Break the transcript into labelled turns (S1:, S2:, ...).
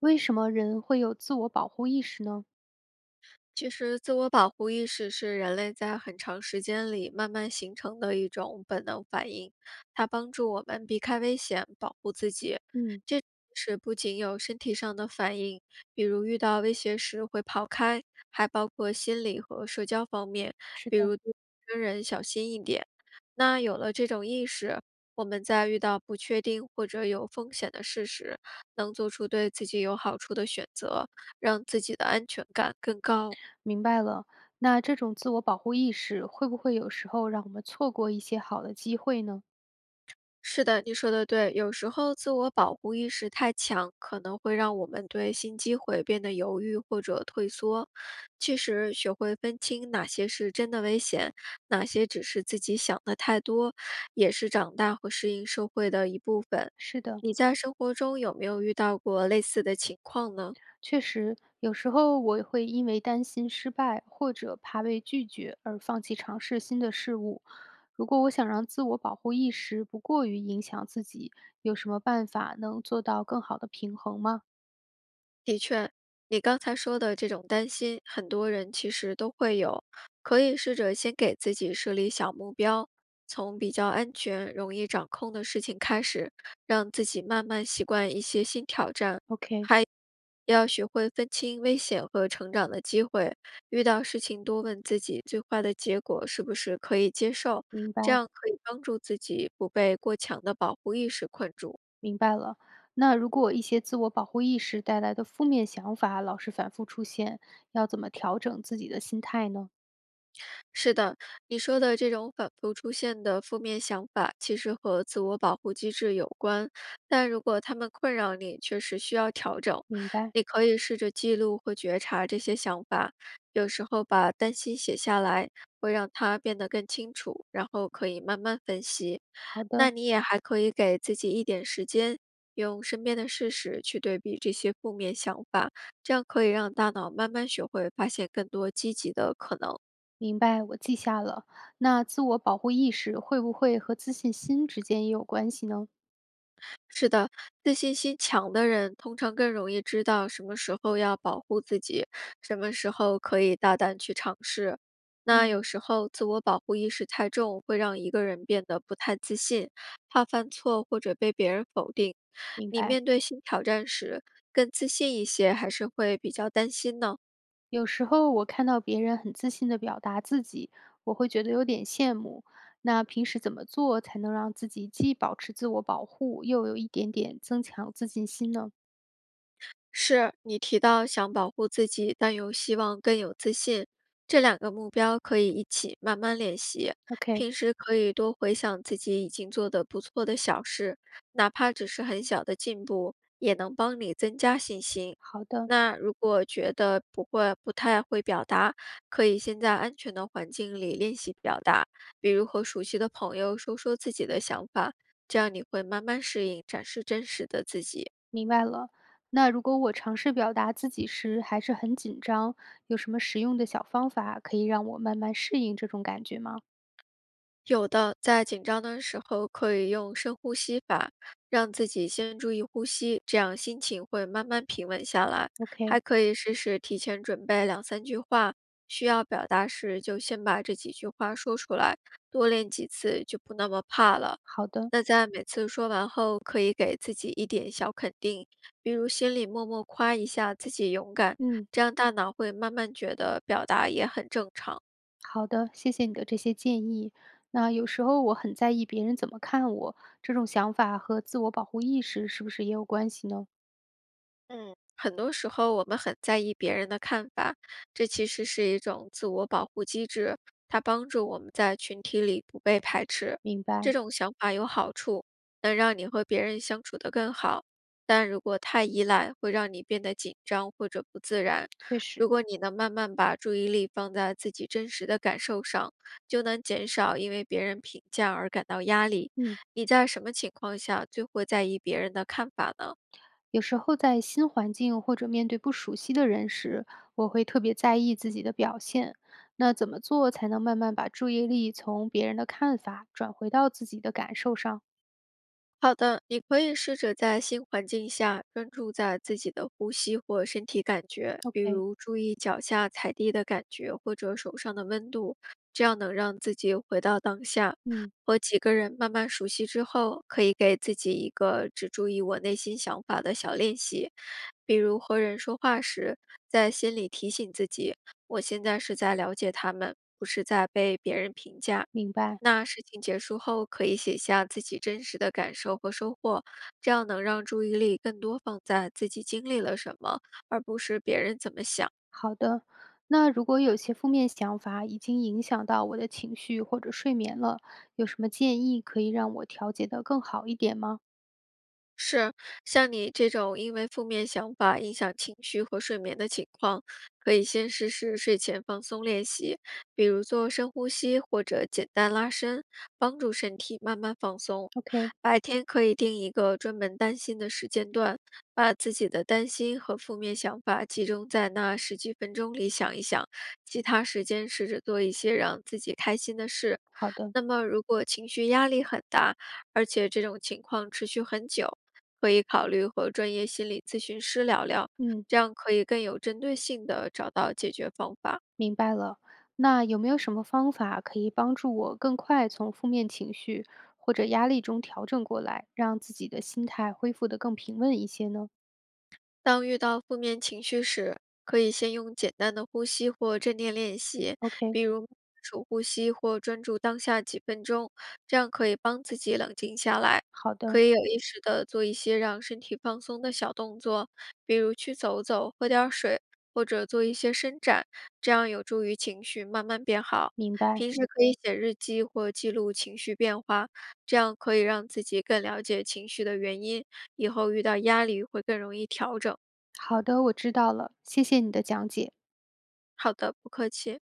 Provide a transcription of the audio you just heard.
S1: 为什么人会有自我保护意识呢？
S2: 其实，自我保护意识是人类在很长时间里慢慢形成的一种本能反应，它帮助我们避开危险，保护自己。
S1: 嗯，
S2: 这是不仅有身体上的反应，比如遇到威胁时会跑开，还包括心理和社交方面，
S1: 是
S2: 比如
S1: 的，
S2: 对陌生人小心一点。那有了这种意识，我们在遇到不确定或者有风险的事时，能做出对自己有好处的选择，让自己的安全感更高。
S1: 明白了。那这种自我保护意识会不会有时候让我们错过一些好的机会呢？
S2: 是的，你说的对。有时候自我保护意识太强，可能会让我们对新机会变得犹豫或者退缩。其实，学会分清哪些是真的危险，哪些只是自己想的太多，也是长大和适应社会的一部分。
S1: 是的，
S2: 你在生活中有没有遇到过类似的情况呢？
S1: 确实，有时候我会因为担心失败或者怕被拒绝而放弃尝试新的事物。如果我想让自我保护意识不过于影响自己，有什么办法能做到更好的平衡吗
S2: 你刚才说的这种担心，很多人其实都会有。可以试着先给自己设立小目标，从比较安全、容易掌控的事情开始，让自己慢慢习惯一些新挑战。
S1: ？OK，
S2: 要学会分清危险和成长的机会，遇到事情多问自己最坏的结果是不是可以接受，
S1: 明白。
S2: 这样可以帮助自己不被过强的保护意识困住。
S1: 明白了。那如果一些自我保护意识带来的负面想法老是反复出现，要怎么调整自己的心态呢？
S2: 是的，你说的这种反复出现的负面想法，其实和自我保护机制有关。但如果他们困扰你，确实需要调整。
S1: 明白，
S2: 你可以试着记录或觉察这些想法，有时候把担心写下来，会让它变得更清楚，然后可以慢慢分析。
S1: 好
S2: 那
S1: 的，
S2: 你也还可以给自己一点时间，用身边的事实去对比这些负面想法，这样可以让大脑慢慢学会发现更多积极的可能。
S1: 明白，我记下了。那自我保护意识会不会和自信心之间也有关系呢？
S2: 是的，自信心强的人通常更容易知道什么时候要保护自己，什么时候可以大胆去尝试。那
S1: 嗯，
S2: 有时候自我保护意识太重，会让一个人变得不太自信，怕犯错或者被别人否定。
S1: 明
S2: 你
S1: 白。
S2: 面对新挑战时，更自信一些，还是会比较担心呢？
S1: 有时候我看到别人很自信的表达自己，我会觉得有点羡慕。那平时怎么做才能让自己既保持自我保护，又有一点点增强自信心呢
S2: 是你提到想保护自己，但又希望更有自信，这两个目标可以一起慢慢练习。
S1: ？OK，
S2: 平时可以多回想自己已经做的不错的小事，哪怕只是很小的进步，也能帮你增加信心。
S1: 好的。
S2: 那如果觉得不会、不太会表达，可以先在安全的环境里练习表达，比如和熟悉的朋友说说自己的想法，这样你会慢慢适应，展示真实的自己。
S1: 明白了。那如果我尝试表达自己时还是很紧张，有什么实用的小方法可以让我慢慢适应这种感觉吗
S2: 有的，在紧张的时候可以用深呼吸法，让自己先注意呼吸，这样心情会慢慢平稳下来。
S1: ？OK，
S2: 还可以试试提前准备两三句话，需要表达时就先把这几句话说出来，多练几次就不那么怕了。
S1: 好的，
S2: 那在每次说完后，可以给自己一点小肯定，比如心里默默夸一下自己勇敢，
S1: 嗯，
S2: 这样大脑会慢慢觉得表达也很正常。
S1: 好的，谢谢你的这些建议。那有时候我很在意别人怎么看我，这种想法和自我保护意识是不是也有关系呢？
S2: 嗯，很多时候我们很在意别人的看法，这其实是一种自我保护机制，它帮助我们在群体里不被排斥。
S1: 明
S2: 这
S1: 白，
S2: 种想法有好处，能让你和别人相处得更好。但如果太依赖，会让你变得紧张或者不自然。
S1: 确实，
S2: 如果你能慢慢把注意力放在自己真实的感受上，就能减少因为别人评价而感到压力。
S1: 嗯。
S2: 你在什么情况下最会在意别人的看法呢？
S1: 有时候在新环境或者面对不熟悉的人时，我会特别在意自己的表现。那怎么做才能慢慢把注意力从别人的看法转回到自己的感受上
S2: 好的，你可以试着在新环境下专注在自己的呼吸或身体感觉，比
S1: ？OK，
S2: 如注意脚下踩地的感觉或者手上的温度，这样能让自己回到当下。
S1: 嗯，
S2: 和几个人慢慢熟悉之后，可以给自己一个只注意我内心想法的小练习，比如和人说话时，在心里提醒自己，我现在是在了解他们，不是在被别人评价。
S1: 明白。
S2: 那事情结束后，可以写下自己真实的感受和收获，这样能让注意力更多放在自己经历了什么，而不是别人怎么想。
S1: 好的。那如果有些负面想法已经影响到我的情绪或者睡眠了，有什么建议可以让我调节得更好一点吗
S2: 是，像你这种因为负面想法影响情绪和睡眠的情况，可以先试试睡前放松练习，比如做深呼吸或者简单拉伸，帮助身体慢慢放松。
S1: ？OK，
S2: 白天可以定一个专门担心的时间段，把自己的担心和负面想法集中在那十几分钟里想一想，其他时间试着做一些让自己开心的事。
S1: 好的，
S2: 那么，如果情绪压力很大，而且这种情况持续很久，可以考虑和专业心理咨询师聊聊，
S1: 嗯。
S2: 这样可以更有针对性的找到解决方法。
S1: 明白了。那有没有什么方法可以帮助我更快从负面情绪或者压力中调整过来，让自己的心态恢复得更平稳一些呢
S2: 当遇到负面情绪时，可以先用简单的呼吸或正念练习，
S1: ？OK，
S2: 比如数呼吸或专注当下几分钟，这样可以帮自己冷静下来。
S1: 好的，
S2: 可以有意识的做一些让身体放松的小动作，比如去走走、喝点儿水，或者做一些伸展，这样有助于情绪慢慢变好。
S1: 明白。
S2: 平时可以写日记或记录情绪变化，这样可以让自己更了解情绪的原因，以后遇到压力会更容易调整。
S1: 好的，我知道了，谢谢你的讲解。
S2: 好的，不客气。